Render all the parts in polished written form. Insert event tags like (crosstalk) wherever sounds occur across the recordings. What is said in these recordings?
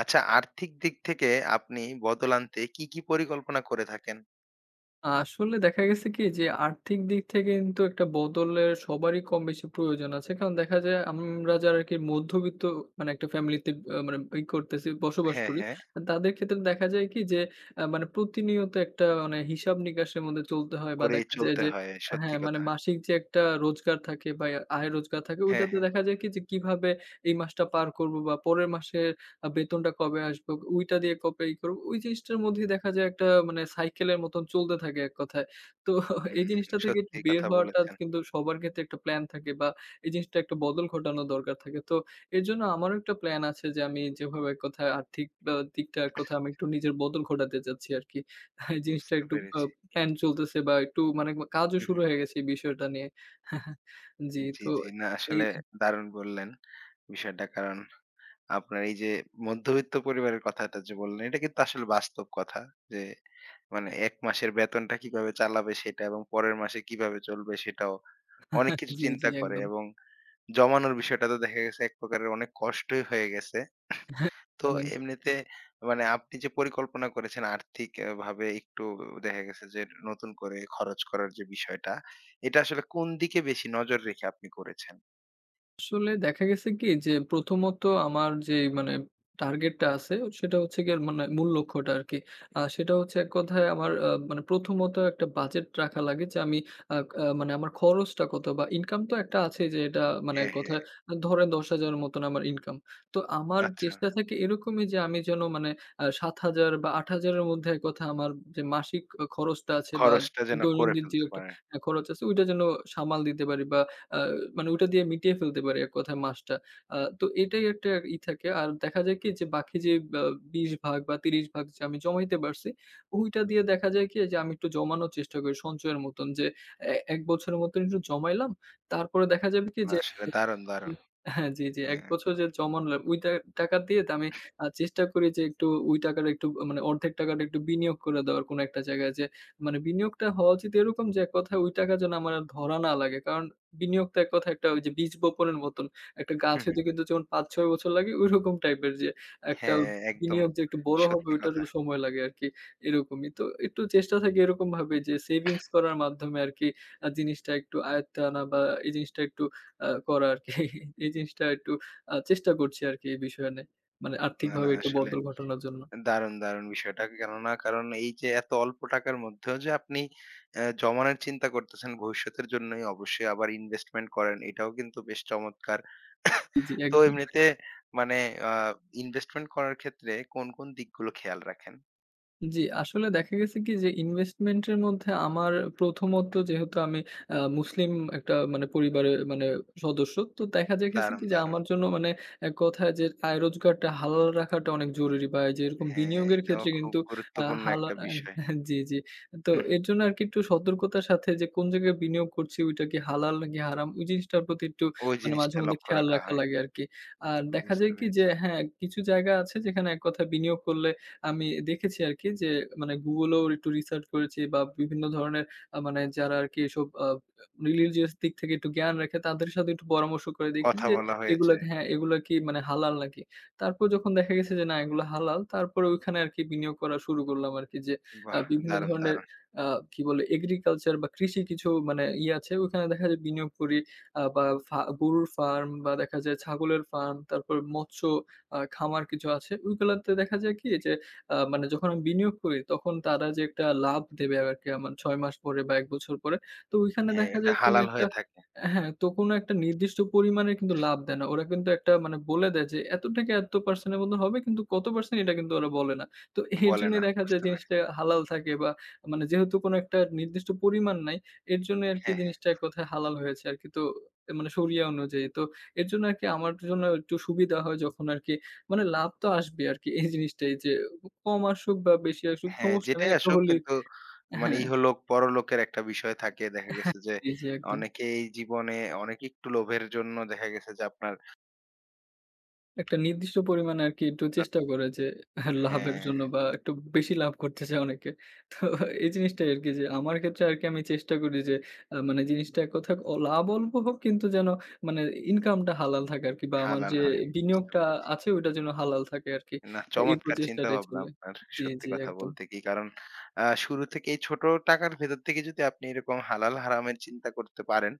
আচ্ছা, আর্থিক দিক থেকে আপনি বদল আনতে কি পরিকল্পনা করে থাকেন? আসলে দেখা গেছে কি যে আর্থিক দিক থেকে কিন্তু একটা বদলের সবারই কম বেশি প্রয়োজন আছে। কারণ দেখা যায় আমরা যারা আরকি মধ্যবিত্ত মানে একটা ফ্যামিলিতে মানে ই করতেছি বসবাস হ্যাঁ, করি। হ্যাঁ। তাদের ক্ষেত্রে দেখা যায় কি যে মানে প্রতিনিয়ত একটা মানে হিসাব নিকাশের মধ্যে চলতে হয় বা করেই দেখা যায় চলতে যে হয়, হ্যাঁ, সত্যি মানে কথা। মাসিক যে একটা রোজগার থাকে বা আয় রোজগার থাকে হ্যাঁ, ওইটাতে হ্যাঁ। দেখা যায় কি যে কিভাবে এই মাসটা পার করব বা পরের মাসে বেতনটা কবে আসবে? ওইটা দিয়ে কবে ই করব? ওই জিনিসটার মধ্যেই দেখা যায় একটা মানে সাইকেলের মতন চলতে থাকে এক কথায়। তো (laughs) এই হুম, জিনিসটা থেকে একটু সত্যি বের কথা হওয়াটা বলেছেন। কিন্তু সবার ক্ষেত্রে একটা প্ল্যান থাকে বা এই জিনিসটা একটা বদল ঘটানো দরকার থাকে। তো এর জন্য আমারও একটা প্ল্যান আছে যে আমি যেভাবে এক কথায় আর্থিক দিকটা এক কথায় আমি একটু নিজের বদল ঘটাতে চাচ্ছি আরকি। (laughs) এই জিনিসটা বুঝতে একটু পেরেছি। প্ল্যান চলতেছে বা একটু মানে কাজও হুম, শুরু হুম। হয়ে গেছে এই বিষয়টা নিয়ে। (laughs) জি, জি, তো জি। না এই আসলে দারুণ বললেন বিষয়টা। কারণ আপনার এই যে মধ্যবিত্ত পরিবারের কথাটা যে বললেন, এটা কিন্তু আসলে বাস্তব কথা। যে মানে ১ মাসের বেতনটা কিভাবে চালাবে সেটা এবং পরের মাসে কিভাবে চলবে সেটাও অনেক কিছু জি, জি চিন্তা করে একদম। এবং জমানোর বিষয়টা তো দেখা গেছে এক প্রকারের অনেক কষ্টই হয়ে গেছে। তো (laughs) এমনিতে মানে আপনি যে পরিকল্পনা করেছেন আর্থিক ভাবে একটু দেখা গেছে যে নতুন করে খরচ করার যে বিষয়টা, এটা আসলে কোন দিকে বেশি নজর রেখে আপনি করেছেন? আসলে দেখা গেছে কি যে প্রথমত আমার যে মানে টার্গেটটা আছে, সেটা হচ্ছে গিয়ে মানে মূল লক্ষ্যটা আর কি। সেটা হচ্ছে এক কথায় আমার মানে প্রথমত একটা বাজেট রাখা লাগে যে আমি আ আ মানে আমার খরচটা কত বা ইনকাম তো একটা আছে যে এটা মানে এক হ্যাঁ, কথায় হ্যাঁ। ধরেন ১০,০০০ এর মতন আমার ইনকাম। তো আমার আচ্ছা। চেষ্টা থাকে এরকমই যে আমি যেন মানে ৭,০০০ বা ৮,০০০ এর মধ্যে এক কথায় আমার যে মাসিক খরচটা আছে বা খরচটা যেন করে দৈনন্দিন যে ফেলতে একটা পারেন। খরচ আছে ওইটা যেন সামাল দিতে পারি বা আ মানে ওটা দিয়ে মিটিয়ে ফেলতে পারি এক কথায় মাসটা। তো এটাই একটা ই থাকে। আর দেখা যায় কি যে বাকি যে বা ২০ ভাগ বা ৩০ ভাগ যে আমি জমাইতে পারছি, ওইটা দিয়ে দেখা যায় কি যে আমি একটু জমানোর চেষ্টা করি সঞ্চয়ের মতন যে ১ বছরের মতন একটু জমাইলাম। তারপরে দেখা যাবে কি না যে আসলে দারুণ, দারুণ। হ্যাঁ, জি, জি। ১ হ্যাঁ। বছরের জমানো ওই টা টাকা দিয়ে তো আমি চেষ্টা করি যে একটু ওই টাকাটা একটু মানে অর্ধেক টাকাটা একটু বিনিয়োগ করে দেওয়ার কোনো একটা জায়গায় যে মানে বিনিয়োগটা হওয়া উচিত এরকম যে এক কথায় ওই টাকা যেন আমার আর ধরা না লাগে। কারণ বিনিয়োগ তো এক কথায় একটা ওই যে বীজ বপনের মতন। একটা গাছ হু, হু। হইতে কিন্তু যেমন ৫-৬ বছর লাগে ওইরকম টাইপের যে একটা হ্যাঁ, একদম বিনিয়োগ যে একটু বড় হবে সত্যি কথা। ওইটারও সময় লাগে আরকি এরকমই। তো একটু চেষ্টা থাকে এরকমভাবে যে সেভিংস করার মাধ্যমে আরকি জিনিসটা একটু আয়ত্তে আনা বা এই জিনিসটা একটু করা আরকি। (laughs) এই জিনিসটা একটু চেষ্টা করছি আরকি এই বিষয় নিয়ে। মানে না, আর্থিকভাবে না একটু আসলে বদল ঘটানোর জন্য। দারুণ, দারুণ বিষয়টা। কেননা কারণ এই যে এত অল্প টাকার মধ্যেও যে আপনি জমানোর চিন্তা করতেছেন ভবিষ্যতের জন্যই অবশ্যই আবার ইনভেস্টমেন্ট করেন এটাও কিন্তু বেশ চমৎকার। জি, জি তো একদম। এমনিতে মানে আ ইনভেস্টমেন্ট করার ক্ষেত্রে কোন দিকগুলো খেয়াল রাখেন? জি, আসলে দেখা গেছে কি যে ইনভেস্টমেন্টের মধ্যে আমার প্রথমত যেহেতু আমি মুসলিম একটা মানে পরিবারের মানে সদস্য। তো দেখা যায় গেছে দারুণ, কি যে দারুণ। আমার জন্য মানে এক কথায় যে আয় রোজগারটা হালাল রাখাটা অনেক জরুরি বা এই যে এরকম হ্যাঁ, বিনিয়োগের এটাও ক্ষেত্রে খুব কিন্তু আ গুরুত্বপূর্ণ হালা একটা বিষয়। জি, জি। তো হু, হু। এর জন্য আরকি একটু সতর্কতার সাথে যে কোন জায়গায় বিনিয়োগ করছি ওইটা কি হালাল নাকি হারাম ওই জিনিসটার প্রতি একটু ওই মানে মাঝে জিনিসটা মধ্যে লক্ষ্য খেয়াল রাখা রাখা হয়। লাগে আরকি। আর দেখা বুঝতে যায় কি যে পেরেছি। হ্যাঁ, কিছু জায়গা আছে যেখানে এক কথায় বিনিয়োগ করলে আমি দেখেছি আরকি যে মানে Google এও একটু রিসার্চ করেছি বা বিভিন্ন ধরনের মানে যারা আরকি এসব রিলিজিয়াস দিক থেকে একটু জ্ঞান রাখে তাদের সাথে একটু পরামর্শ করে দেখেছি কথা যে বলা এগুলা হয়েছে। হ্যাঁ, এগুলা কি মানে হালাল নাকি? তারপর যখন দেখা গেছে যে না এগুলো হালাল, তারপরে ওইখানে আরকি বিনিয়োগ করা শুরু করলাম আরকি যে বাহ! বিভিন্ন দারুণ, ধরনের দারুণ। আ কি বলে এগ্রিকালচার বা কৃষি কিছু মানে ইয়ে আছে ওখানে দেখা যায় বিনিয়োগ করি বা গরুর ফার্ম বা দেখা যায় ছাগলের ফার্ম, তারপর মৎস্য খামার কিছু আছে ওইগুলাতে দেখা যায় কি যে মানে যখন আমি বিনিয়োগ করি তখন তারা যে একটা লাভ দেবে আরকি আমার ৬ মাস পরে বা ১ বছর পরে। তো ওইখানে হ্যাঁ, দেখা এটা যায় কোনো হালাল একটা হয়ে থাকে। হ্যাঁ, তো কোনো একটা নির্দিষ্ট পরিমাণের কিন্তু লাভ দেয় না। ওরা কিন্তু একটা মানে বলে দেয় যে এত থেকে এত% এর মতো হবে, কিন্তু কত% এটা কিন্তু ওরা বলে না। তো এর বলে জন্যই না। দেখা যায় বুঝতে জিনিসটা পেরেছি। হালাল থাকে বা মানে যেহেতু কোনো একটা নির্দিষ্ট পরিমাণ নাই, এর জন্যই আরকি হ্যাঁ, হ্যাঁ। জিনিসটা এক কথায় হালাল হয়েছে আরকি। তো মানে শরিয়া অনুযায়ী। তো এর জন্য আরকি আমার জন্য একটু সুবিধা হয় যখন আরকি মানে লাভ তো আসবে আরকি, এই জিনিসটাই যে কম আসুক বা বেশি আসুক হ্যাঁ, সমস্যা নেই। যেটাই একটা আসুক হলেই কিন্তু মানে হ্যাঁ, ইহলোক পরলোকের একটা বিষয় থাকে। দেখা হ্যাঁ। গেছে যে জি, জি একদম। অনেকেই জীবনে অনেকে একটু লোভের জন্য দেখা গেছে যে আপনার একটা নির্দিষ্ট পরিমাণে আরকি একটু চেষ্টা করে যে লাভের হ্যাঁ, জন্য বা একটু বেশি লাভ করতে চায় অনেকে। তো এই জিনিসটাই আরকি যে আমার ক্ষেত্রে আরকি আমি চেষ্টা করি যে মানে জিনিসটা এক কথায় লাভ অল্প হোক কিন্তু যেন মানে ইনকামটা হালাল থাকে আরকি বা আমার হালাল যে হয়। বুঝতে বিনিয়োগটা পেরেছি। আছে ওইটা যেন হালাল থাকে আরকি। না, এই চমৎকার প্রচেষ্টাটাই চিন্তাভাবনা চলে। আপনার। জি, সত্যি জি কথা একদম। বলতে কি। কারণ শুরু থেকেই ছোট টাকার ভেতর থেকে যদি আপনি এরকম হালাল হারামের চিন্তা করতে পারেন,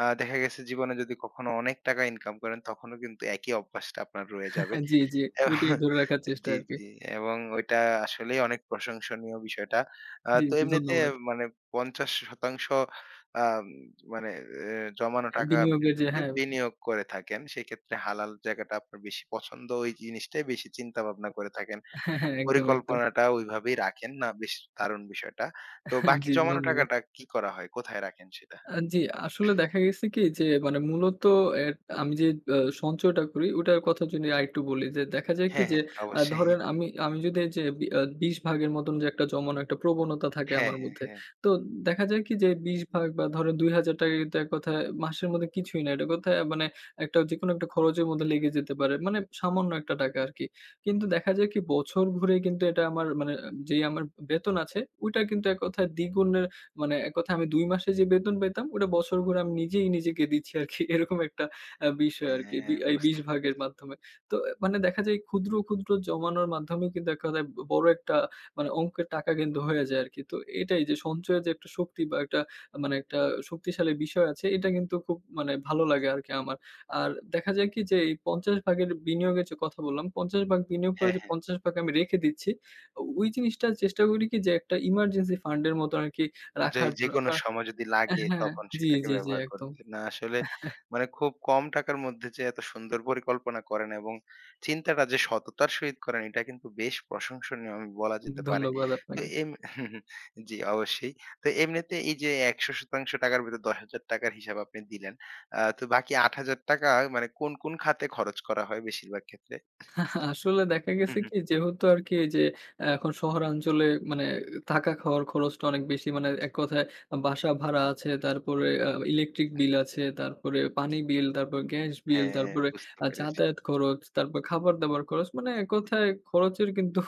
দেখা গেছে জীবনে যদি কখনো অনেক টাকা ইনকাম করেন তখনও কিন্তু একই অভ্যাসটা আপনার রয়ে যাবে। হ্যাঁ, জি, জি। এবং ওইটাই ধরে রাখার চেষ্টা জি, আরকি। জি। এবং ওইটা আসলেই অনেক প্রশংসনীয় বিষয়টা। জি, তো জি এমনিতে ধন্যবাদ। মানে ৫০% আম মানে জমানো টাকা আপনি বিনিয়োগের হচ্ছে যে যে হ্যাঁ বিনিয়োগ করে থাকেন। সেক্ষেত্রে হালাল জায়গাটা আপনার বেশি পছন্দ। ওই জিনিসটাই বেশি চিন্তা ভাবনা করে থাকেন। হ্যাঁ, হ্যাঁ, একদম, একদম। পরিকল্পনাটা ওইভাবেই রাখেন। না বেশ দারুণ বিষয়টা। তো বাকি জি, জমানো ধন্যবাদ। টাকাটা কি করা হয়? কোথায় রাখেন সেটা? জি, আসলে দেখা গেছে কি যে মানে মূলত এ আমি যে আ সঞ্চয়টা করি ওটার কথা যদি আরেকটু বলি, যে দেখা যায় কি হ্যাঁ, যে হ্যাঁ, অবশ্যই। ধরেন আমি আমি যদি এই যে বি আ ২০ ভাগের মতন যে একটা জমানো একটা প্রবণতা থাকে হ্যাঁ, আমার হ্যাঁ, মধ্যে। হ্যাঁ, তো দেখা যায় কি যে ২০ ভাগ বা ধরেন ৳২,০০০ কিন্তু এক কথায় মাসের মধ্যে কিছুই না। এটা কথায় মানে একটা যেকোনো একটা খরচের মধ্যে লেগে যেতে পারে। মানে সামান্য একটা টাকা আরকি। কিন্তু দেখা যায় কি বছর ঘুরে কিন্তু এটা আমার মানে যেই আমার বেতন আছে ওইটা কিন্তু এক কথায় দ্বিগুণের, মানে এক কথায় আমি ২ মাসে যে বেতন পেতাম ওটা বছর ঘুরে আমি নিজেই নিজেকে দিচ্ছি আরকি। (laughs) এরকম একটা বিষয় আরকি। হ্যাঁ, এই ২০ বুঝতে ভাগের পেরেছি। মাধ্যমে। তো আহ, মানে দেখা যায় ক্ষুদ্র, ক্ষুদ্র জমানোর মাধ্যমেই কিন্তু এক কথায় বড় একটা মানে অঙ্কের টাকা কিন্তু হয়ে যায় আরকি। তো এটাই যে সঞ্চয়ের যে একটা শক্তি বা একটা মানে একটা শক্তিশালী বিষয় আছে, এটা কিন্তু খুব মানে ভালো লাগে আরকি আমার। আর দেখা যায় কি যে এই ৫০ ভাগের বিনিয়োগের যে কথা বললাম, ৫০ ভাগ বিনিয়োগ করে হ্যাঁ, যে হ্যাঁ। ৫০ ভাগ আমি রেখে দিচ্ছি। ওই জিনিসটা চেষ্টা করি কি যে একটা ইমার্জেন্সি ফান্ড এর মতো আরকি যে রাখার জন্য যেকোনো কার সময় যদি হ্যাঁ, লাগে হ্যাঁ, তখন জি, সেটাকে জি, জি, ব্যবহার একদম। করতেন। না আসলে মানে খুব কম টাকার মধ্যে যে এত সুন্দর পরিকল্পনা করেন এবং চিন্তাটা যে সততার সহিত করেন এটা কিন্তু বেশ প্রশংসনীয় আমি বলা যেতে পারে। ধন্যবাদ তো আপনাকে। (laughs) জি অবশ্যই। তো এমনিতে এই যে ১০০% টাকার ভিতর ৳১০,০০০ র হিসাব আপনি দিলেন। তো বাকি ৳৮,০০০ মানে কোন খাতে খরচ করা হয় বেশিরভাগ ক্ষেত্রে? আসলে দেখা হুম, গেছে হুম। কি যেহেতু আরকি এই যে এখন শহরাঞ্চলে মানে থাকা খাওয়ার খরচটা অনেক বেশি। মানে এক কথায় বাসা ভাড়া আছে, তারপরে ইলেকট্রিক বিল আছে, তারপরে পানি বিল, তারপর গ্যাস বিল, হ্যাঁ, তারপরে বুঝতে পেরেছি। যাতায়াত খরচ, তারপর খাবার-দাবার খরচ। মানে এক কথায় খরচের কিন্তু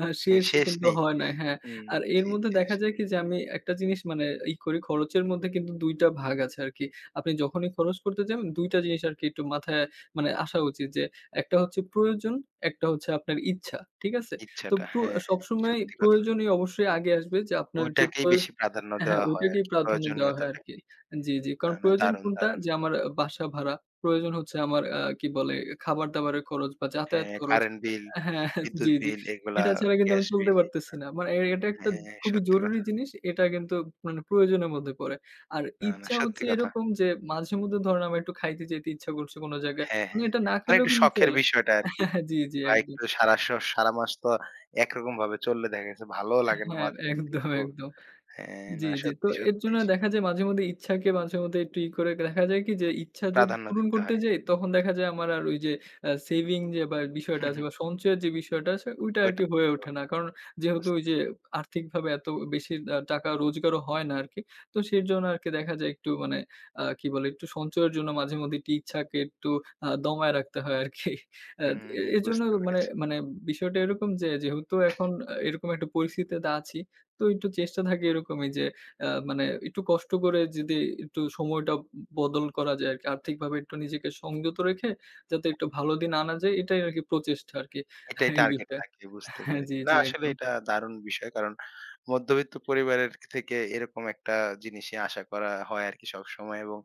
হ্যাঁ, শেষ শেষ কিন্তু নেই। হয় না। হ্যাঁ, হুম, আর এর জি, মধ্যে জি দেখা আসলে যায় কি যে আমি একটা জিনিস মানে ই করি খরচের মধ্যে কিন্তু ২ টা ভাগ আছে আরকি। আপনি যখনই খরচ করতে যাবেন ২ টা জিনিস আরকি একটু মাথায় মানে আসা উচিত যে একটা হচ্ছে প্রয়োজন, একটা হচ্ছে আপনার ইচ্ছা। ঠিক আছে? তো ইচ্ছাটা। হ্যাঁ, হ্যাঁ। সবসময় সত্যি কথা। প্রয়োজনই অবশ্যই আগে আসবে যে আপনার যে ওইটাকেই বেশি প্রাধান্য হ্যাঁ, হ্যাঁ, দেওয়া হয় ওইটাকেই আরকি, প্রাধান্য দেওয়া হয় প্রয়োজনীয়তাটাকে। আরকি। জি, জি। না, কারণ না প্রয়োজন দারুণ, কোনটা? দারুণ। যে আমার বাসা ভাড়া, প্রয়োজন হচ্ছে আমার কি বলে? খাবার-দাবারের খরচ বা যাতায়াত হ্যাঁ, খরচ কারেন্ট বিল, হ্যাঁ, জি, বিদ্যুৎ জি। বিল এগুলা, এটা ছাড়া কিন্তু আমি গ্যাস চলতে বিল এই পারতেছি না। মানে এটা একটা হ্যাঁ, খুবই সত্যি জরুরি কথা। জিনিস। এটা কিন্তু মানে প্রয়োজনের মধ্যে পড়ে। আর না, না ইচ্ছা সত্যি হচ্ছে কথা। এরকম যে মাঝে মধ্যে ধরেন আমার একটু খাইতে যেতে ইচ্ছা করছে কোন জায়গায়। হ্যাঁ, মানে হ্যাঁ। এটা না মানে খেলেও একটু কিন্তু শখের চলে। বিষয়টা আরকি। জি, জি বা একদম। একটু সারা মাস তো একরকম ভাবে চললে দেখা গেছে ভালোও লাগে না হ্যাঁ, মাঝেমধ্যে একদম, একটু একদম। হ্যাঁ, জি, না জি। তো সত্যি, এর সত্যি জন্য দেখা যায় মাঝে মধ্যে ইচ্ছাকে মাঝে মধ্যে একটু ই করে দেখা যায় কি যে ইচ্ছা যদি প্রাধান্য পূরণ দিতে করতে হয়। যাই তখন দেখা যায় আমার আর ওই যে সেভিং যে বা বিষয়টা হুম, আছে হুম। বা সঞ্চয়ের যে বিষয়টা আছে ওইটা ওইটা, আরকি হয়ে ওঠে ওটা না। কারণ বুঝ যেহেতু ওই যে আর্থিকভাবে এত বেশি টাকা রোজগারও হয় না আরকি। তো সেজন্য আরকি দেখা যায় একটু মানে কি বলে একটু সঞ্চয়ের জন্য মাঝে মধ্যে একটু ইচ্ছাকে একটু দমায় রাখতে হয় আরকি। আ হুম, এজন্য বুঝতে মানে পেরেছি। মানে বিষয়টা এরকম যে যেহেতু এখন এরকম একটা পরিস্থিতিতে আছি তো একটু চেষ্টা থাকে এরকমই যে মানে একটু কষ্ট করে যদি একটু সময়টা বদল করা যায় আরকি। আর্থিকভাবে একটু নিজেকে সংযত রেখে যাতে একটু ভালো দিন আনা যায় এটাই আরকি প্রচেষ্টা আরকি এটাই এই টার্গেট বিষয়ে। থাকে বুঝতে হ্যাঁ, জি, পেরেছি। না জি আসলে একদম। এটা দারুণ বিষয় কারণ মধ্যবিত্ত পরিবারের থেকে এরকম একটা জিনিসই আশা করা হয় আরকি সবসময় এবং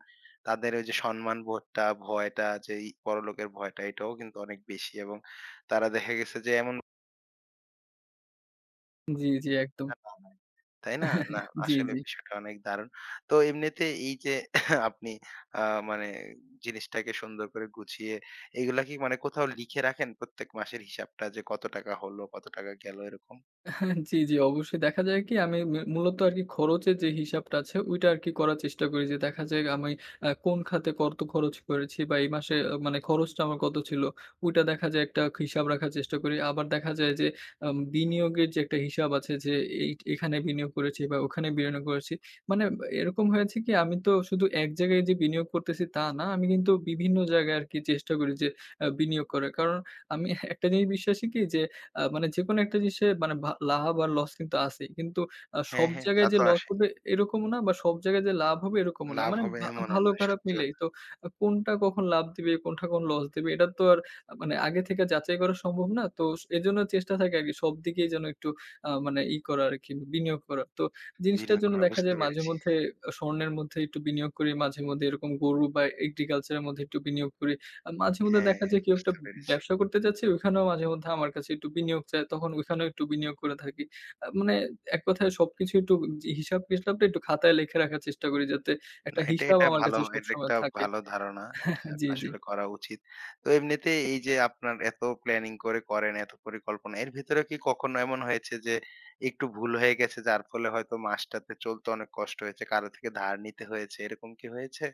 তাদের ওই যে সম্মানবোধটা, ভয়টা যে এই পরলোকের ভয়টা এটাও কিন্তু অনেক বেশি এবং তারা দেখা গেছে যে এমন (laughs) জি, জি একদম। ভূমিকা বানায়, তাই না? না জি, আসলে জি। বিষয়টা অনেক দারুণ। তো এমনিতে এই যে (laughs) আপনি আ মানে জিনিসটাকে সুন্দর করে গুছিয়ে এগুলা কি মানে কোথাও লিখে রাখেন প্রত্যেক মাসের হিসাবটা যে কত টাকা হলো, কত টাকা গেল এরকম? জি, জি, অবশ্যই দেখা যায় কি আমি মূলত আরকি খরচের যে হিসাবটা আছে ওইটা আরকি করার চেষ্টা করি যে দেখা যায় আমি কোন খাতে কত খরচ করেছি বা এই মাসে মানে খরচটা আমার কত ছিল ওইটা দেখা যায় একটা হিসাব রাখার চেষ্টা করি। আবার দেখা যায় যে বিনিয়োগের যে একটা হিসাব আছে যে এই এখানে বিনিয়োগ করেছি বা ওখানে বিনিয়োগ করেছি। মানে এরকম হয়েছে কি আমি তো শুধু এক জায়গায় যে বিনিয়োগ করতেছি তা না। আমি কিন্তু বিভিন্ন জায়গায় আরকি চেষ্টা করি যে বিনিয়োগ করার। কারণ আমি একটা জিনিস বিশ্বাসী কি যে মানে যেকোনো একটা জিনিসে মানে লাভ আর লস কিন্তু আছেই। কিন্তু সব হ্যাঁ, হ্যাঁ তা জায়গায় যে তো হুম। লস আসে। হবে এরকমও না বা সব জায়গায় যে লাভ হবে এরকমও না। লাভ মানে হবে এমনও ভালো না। খারাপ সত্যি মিলেই। কথা। তো কোনটা কখন লাভ দিবে, কোনটা কখন লস দিবে? এটা তো আর মানে আগে থেকে যাচাই করা সম্ভব না। তো এজন্য চেষ্টা থাকে আরকি সব দিকেই যেন একটু মানে করা আরকি, বিনিয়োগ করা। তো জিনিসটার বিনিয়োগ জন্য করা দেখা বুঝতে যায় পেরেছি। মাঝেমধ্যে স্বর্ণের মধ্যে একটু বিনিয়োগ করি, মাঝেমধ্যে এরকম গরু বা এগ্রিকালচার এর মধ্যে একটু বিনিয়োগ করি। মাঝেমধ্যে হ্যাঁ, দেখা হ্যাঁ, যায় কেউ একটা বুঝতে পেরেছি। ব্যবসা করতে চাচ্ছে, ওইখানেও মাঝেমধ্যে আমার কাছে একটু বিনিয়োগ চায়। তখন ওইখানেও একটু বিনিয়োগ করে থাকি। মানে এক কথায় সবকিছু একটু হিসাব-টিসাবটা একটু খাতায় লিখে রাখার চেষ্টা করি, যাতে একটা না এটা, হিসাব এটা আমার ভালো। কাছে এটা সবসময় একটা থাকে। ভালো ধারণা। এটা (laughs) জি, জি। আসলে করা উচিত। তো এমনিতে এই যে আপনার এত প্ল্যানিং করে করেন, এত পরিকল্পনা, এর ভেতরে কি কখনো এমন হয়েছে যে একটু ভুল হয়ে গেছে যার ফলে হয়তো মাসটাতে চলতে অনেক কষ্ট হয়েছে, কারো থেকে ধার নিতে হয়েছে, এরকম কি হয়েছে?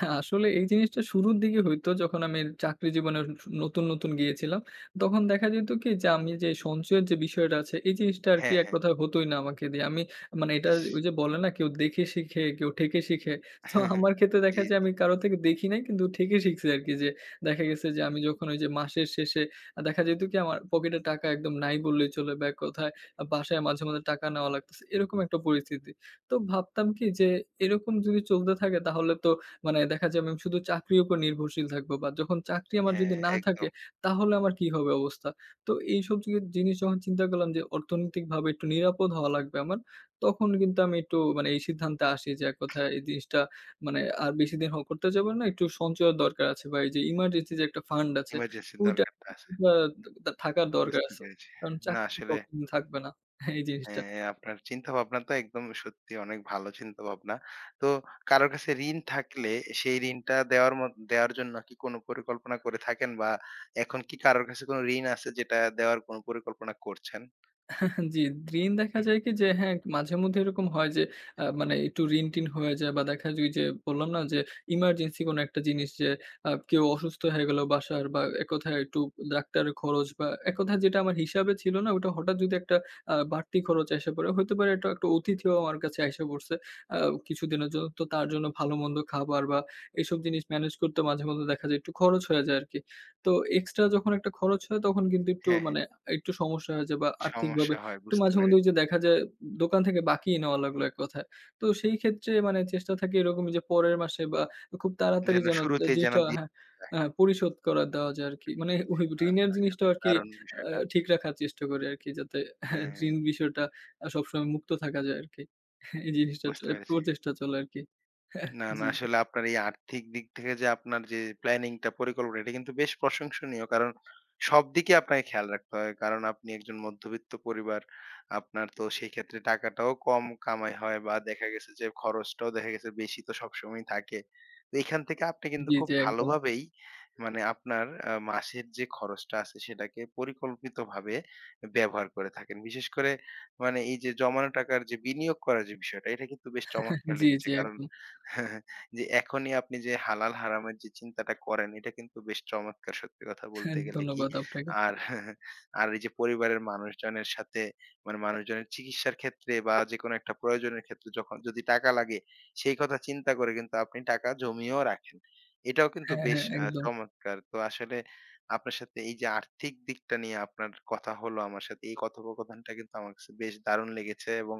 হ্যাঁ, আসলে এই জিনিসটা শুরুর দিকে হইতো, যখন আমি চাকরি জীবনে নতুন, নতুন গিয়েছিলাম। তখন দেখা যেত কি, যে আমি যে সঞ্চয়ের যে বিষয়টা আছে এই জিনিসটা আরকি হ্যাঁ, এক হ্যাঁ। কথায় হতই না আমাকে দিয়ে। আমি মানে এটা ইস! ওই যে বলে না, কেউ দেখে শিখে, কেউ ঠেকে শিখে। তো (laughs) আমার ক্ষেত্রে দেখা জি, যায় জি। আমি কারো থেকে দেখি নাই, কিন্তু ঠেকে শিখছি আরকি। যে দেখা গেছে যে আমি যখন ওই যে মাসের শেষে দেখা যেত কি আমার পকেটে টাকা একদম নাই বললেই চলে, বা এক কথায় বাসায় মাঝে, মাঝে টাকা নেওয়া লাগতেছে। এরকম একটা পরিস্থিতি। তো ভাবতাম কি যে এরকম যদি চলতে থাকে তাহলে তো মানে দেখা যাবে আমি শুধু চাকরির উপর নির্ভরশীল থাকবো, বা যখন চাকরি আমার যদি হ্যাঁ, না থাকে একদম। তাহলে আমার কি হবে অবস্থা? তো এইসব জিনিস যখন চিন্তা করলাম যে অর্থনৈতিকভাবে একটু নিরাপদ হওয়া লাগবে আমার, তখন কিন্তু আমি একটু মানে এই সিদ্ধান্তে আসি যে এক কথায় এই জিনিসটা মানে আর বেশিদিন করতে যাব না। একটু সঞ্চয়ের দরকার আছে, বা এই যে ইমার্জেন্সি যে একটা ফান্ড আছে ইমার্জেন্সি ওইটা দরকারটা আছে। আ থাকার দরকার বুঝতে আছে। পেরেছি। কারণ না চাকরি তো আসলে সবসময় থাকবে না। (laughs) এই জিনিসটা। হ্যাঁ, হ্যাঁ, আপনার চিন্তাভাবনা তো একদম সত্যি অনেক ভালো চিন্তাভাবনা। তো কারোর কাছে ঋণ থাকলে সেই ঋণটা দেওয়ার জন্য কি কোনো পরিকল্পনা করে থাকেন? বা এখন কি কারোর কাছে কোনো ঋণ আছে যেটা দেওয়ার কোনো পরিকল্পনা করছেন? জি, ঋণ দেখা হুম, হুম। যায় কি যে হ্যাঁ, মাঝেমধ্যে এরকম হয় যে মানে একটু ঋণ-টিন হয়ে যায়, বা দেখা যায় ওইযে বললাম না যে ইমার্জেন্সি কোনো একটা জিনিস যে কেউ অসুস্থ হয়ে গেল বাসার, বা এক কথায় একটু ডাক্তারের খরচ, বা এক কথায় যেটা আমার হিসাবে ছিল না ওটা হঠাৎ যদি একটা বাড়তি খরচ এসে পড়ে। হইতে পারে এটা একটা অতিথিও আমার কাছে আইসা পড়ছে আ কিছুদিনের জন্য। তো তার জন্য ভালো-মন্দ খাবার বা এইসব জিনিস ম্যানেজ করতে মাঝেমধ্যে দেখা যায় একটু খরচ হয়ে যায় আরকি। তো এক্সট্রা যখন একটা খরচ হয় তখন কিন্তু একটু হ্যাঁ, হ্যাঁ। মানে একটু সমস্যা হয়ে যায়, বা আর্থিকভাবে সমস্যা হয় একটু বুঝতে মাঝে মধ্যে ওই পেরেছি। যে দেখা যায় দোকান থেকে বাকিয়ে নেওয়া লাগলো এক কথায়। তো সেই ক্ষেত্রে মানে চেষ্টা থাকে এরকমই যে পরের মাসে বা খুব তাড়াতাড়ি যেন যেন এ শুরুতেই যেন জিনিসটা দিয়ে হ্যাঁ, দেওয়া যায়। হ্যাঁ পরিশোধ করা দেওয়া যায় আরকি। বুঝতে মানে পেরেছি। ওই না, না ঋণের জিনিসটা আসলে আরকি দারুণ আ বিষয়টা। ঠিক রাখার চেষ্টা করি আরকি, যাতে (laughs) হ্যাঁ, হ্যাঁ, ঋণ বিষয়টা সবসময় মুক্ত থাকা যায় আরকি। এই জিনিসটা বুঝতে পেরেছি। প্রচেষ্টা চলে আরকি। হ্যাঁ, না, না। জি, আসলে আপনার এই আর্থিক দিক থেকে যে আপনার যে প্ল্যানিং টা পরিকল্পনা এটা কিন্তু বেশ প্রশংসনীয়। কারণ সব দিকে আপনাকে খেয়াল রাখতে হয়। কারণ আপনি একজন মধ্যবিত্ত পরিবার। আপনার তো সেই ক্ষেত্রে টাকাটাও কম কামাই হয় বা দেখা গেছে যে খরচটাও দেখা গেছে বেশি তো সবসময় থাকে। তো এখান থেকে আপনি কিন্তু জি, খুব জি একদম। ভালোভাবেই মানে আপনার মাসের যে খরচটা আছে সেটাকে পরিকল্পিতভাবে ব্যবহার করে থাকেন। বিশেষ করে মানে এই যে জমানো টাকার যে বিনিয়োগ করার যে বিষয়টা এটা কিন্তু বেশ চমৎকার জি, লেগেছে। জি কারণ একদম। হ্যাঁ, যে এখনই আপনি যে হালাল হারামের যে চিন্তাটা করেন এটা কিন্তু বেশ চমৎকার সত্যি কথা হ্যাঁ, বলতে গেলে কি। ধন্যবাদ আপনাকে। আর আর এই যে পরিবারের মানুষজনের সাথে মানে মানুষজনের চিকিৎসার ক্ষেত্রে বা যেকোনো একটা প্রয়োজনের ক্ষেত্রে যখন যদি টাকা লাগে সেই কথা চিন্তা করে কিন্তু আপনি টাকা জমিয়েও রাখেন। এটাও কিন্তু হ্যাঁ, বেশ হ্যাঁ একদম। চমৎকার। তো আসলে আপনার সাথে এই যে আর্থিক দিকটা নিয়ে আপনার কথা হলো আমার সাথে এই কথোপকথনটা কিন্তু আমার কাছে বেশ দারুণ লেগেছে এবং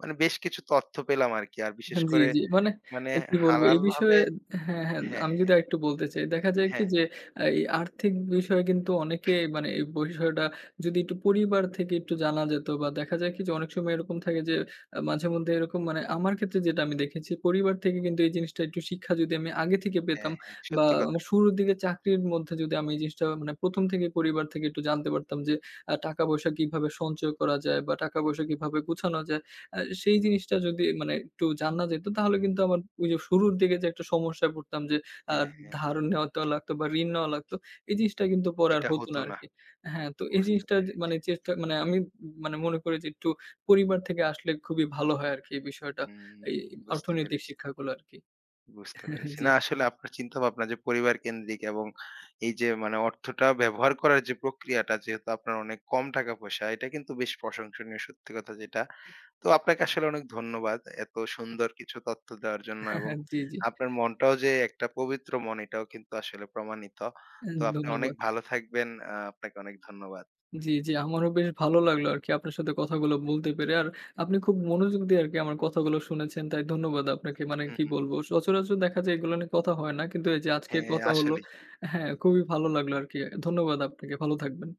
মানে বেশ কিছু তথ্য পেলাম আরকি। আর বিশেষ হ্যাঁ, জি, করে জি। মানে মানে কি বলবো? এই হালাল বিষয়ে ভাবে হ্যাঁ, হ্যাঁ, হ্যাঁ, আমি যদি হ্যাঁ, আরেকটু বলতে চাই। দেখা যায় কি হ্যাঁ, যে, এই আর্থিক বিষয়ে কিন্তু অনেকে মানে এই বিষয়টা যদি একটু পরিবার থেকে একটু জানা যেত, বা দেখা যায় কি যে, অনেক সময় এরকম থাকে যে, মাঝেমধ্যে এরকম মানে আমার ক্ষেত্রে যেটা আমি দেখেছি, পরিবার থেকে কিন্তু এই জিনিসটা একটু শিক্ষা যদি আমি আগে থেকে পেতাম, হ্যাঁ, হ্যাঁ, বা সত্যি কথা। আমার শুরুর দিকে চাকরির মধ্যে যদি আমি এই জিনিসটা মানে ১ম থেকেই পরিবার থেকে একটু জানতে পারতাম যে, টাকা-পয়সা কিভাবে সঞ্চয় করা যায়, বা টাকা-পয়সা কিভাবে গুছানো যায়? সেই জিনিসটা যদি মানে একটু জানা যেত তাহলে কিন্তু আমার ওই যে শুরুর দিকে যে একটা সমস্যায় পড়তাম যে আ হ্যাঁ, হ্যাঁ, ধার নেওয়া তো লাগতো, বা ঋণ নেওয়া লাগতো। এই জিনিসটা কিন্তু পরে আর এটা হতো না হতো না। আরকি। হ্যাঁ, তো এই বুঝতে জিনিসটা যে পেরে মানে চেষ্টা মানে আমি মানে মনে করি যে একটু পরিবার থেকে আসলে খুবই ভালো হয় আরকি এই বিষয়টা। এই হুম, বুঝতে অর্থনৈতিক পেরেছি, শিক্ষাগুলো আরকি। বুঝতে পেরেছি। (laughs) জি, না আসলে আপনার চিন্তাভাবনা যে পরিবার কেন্দ্রিক এবং এই যে মানে অর্থটা ব্যবহার করার যে প্রক্রিয়াটা যেহেতু আপনার অনেক কম টাকা পয়সা এটা কিন্তু বেশ প্রশংসনীয় সত্যি কথা যেটা। তো আপনাকে আসলে অনেক ধন্যবাদ এত সুন্দর কিছু তথ্য দেওয়ার জন্য এবং (laughs) জি, জি। আপনার মনটাও যে একটা পবিত্র মন এটাও কিন্তু আসলে প্রমাণিত। তো আপনি অনেক ধন্যবাদ। ভালো থাকবেন। আপনাকে অনেক ধন্যবাদ। জি, জি। আমারও বেশ ভালো লাগলো আরকি আপনার সাথে কথাগুলো বলতে পেরে। আর আপনি খুব মনোযোগ দিয়ে আরকি আমার কথাগুলো শুনেছেন। তাই ধন্যবাদ আপনাকে। মানে হু, কি হু। বলবো? সচরাচর দেখা যায় এগুলো নিয়ে কথা হয় না। কিন্তু এই যে আজকে হ্যাঁ, কথা হলো আসলেই। হ্যাঁ, খুবই ভালো লাগলো আরকি। ধন্যবাদ আপনাকে। ভালো থাকবেন।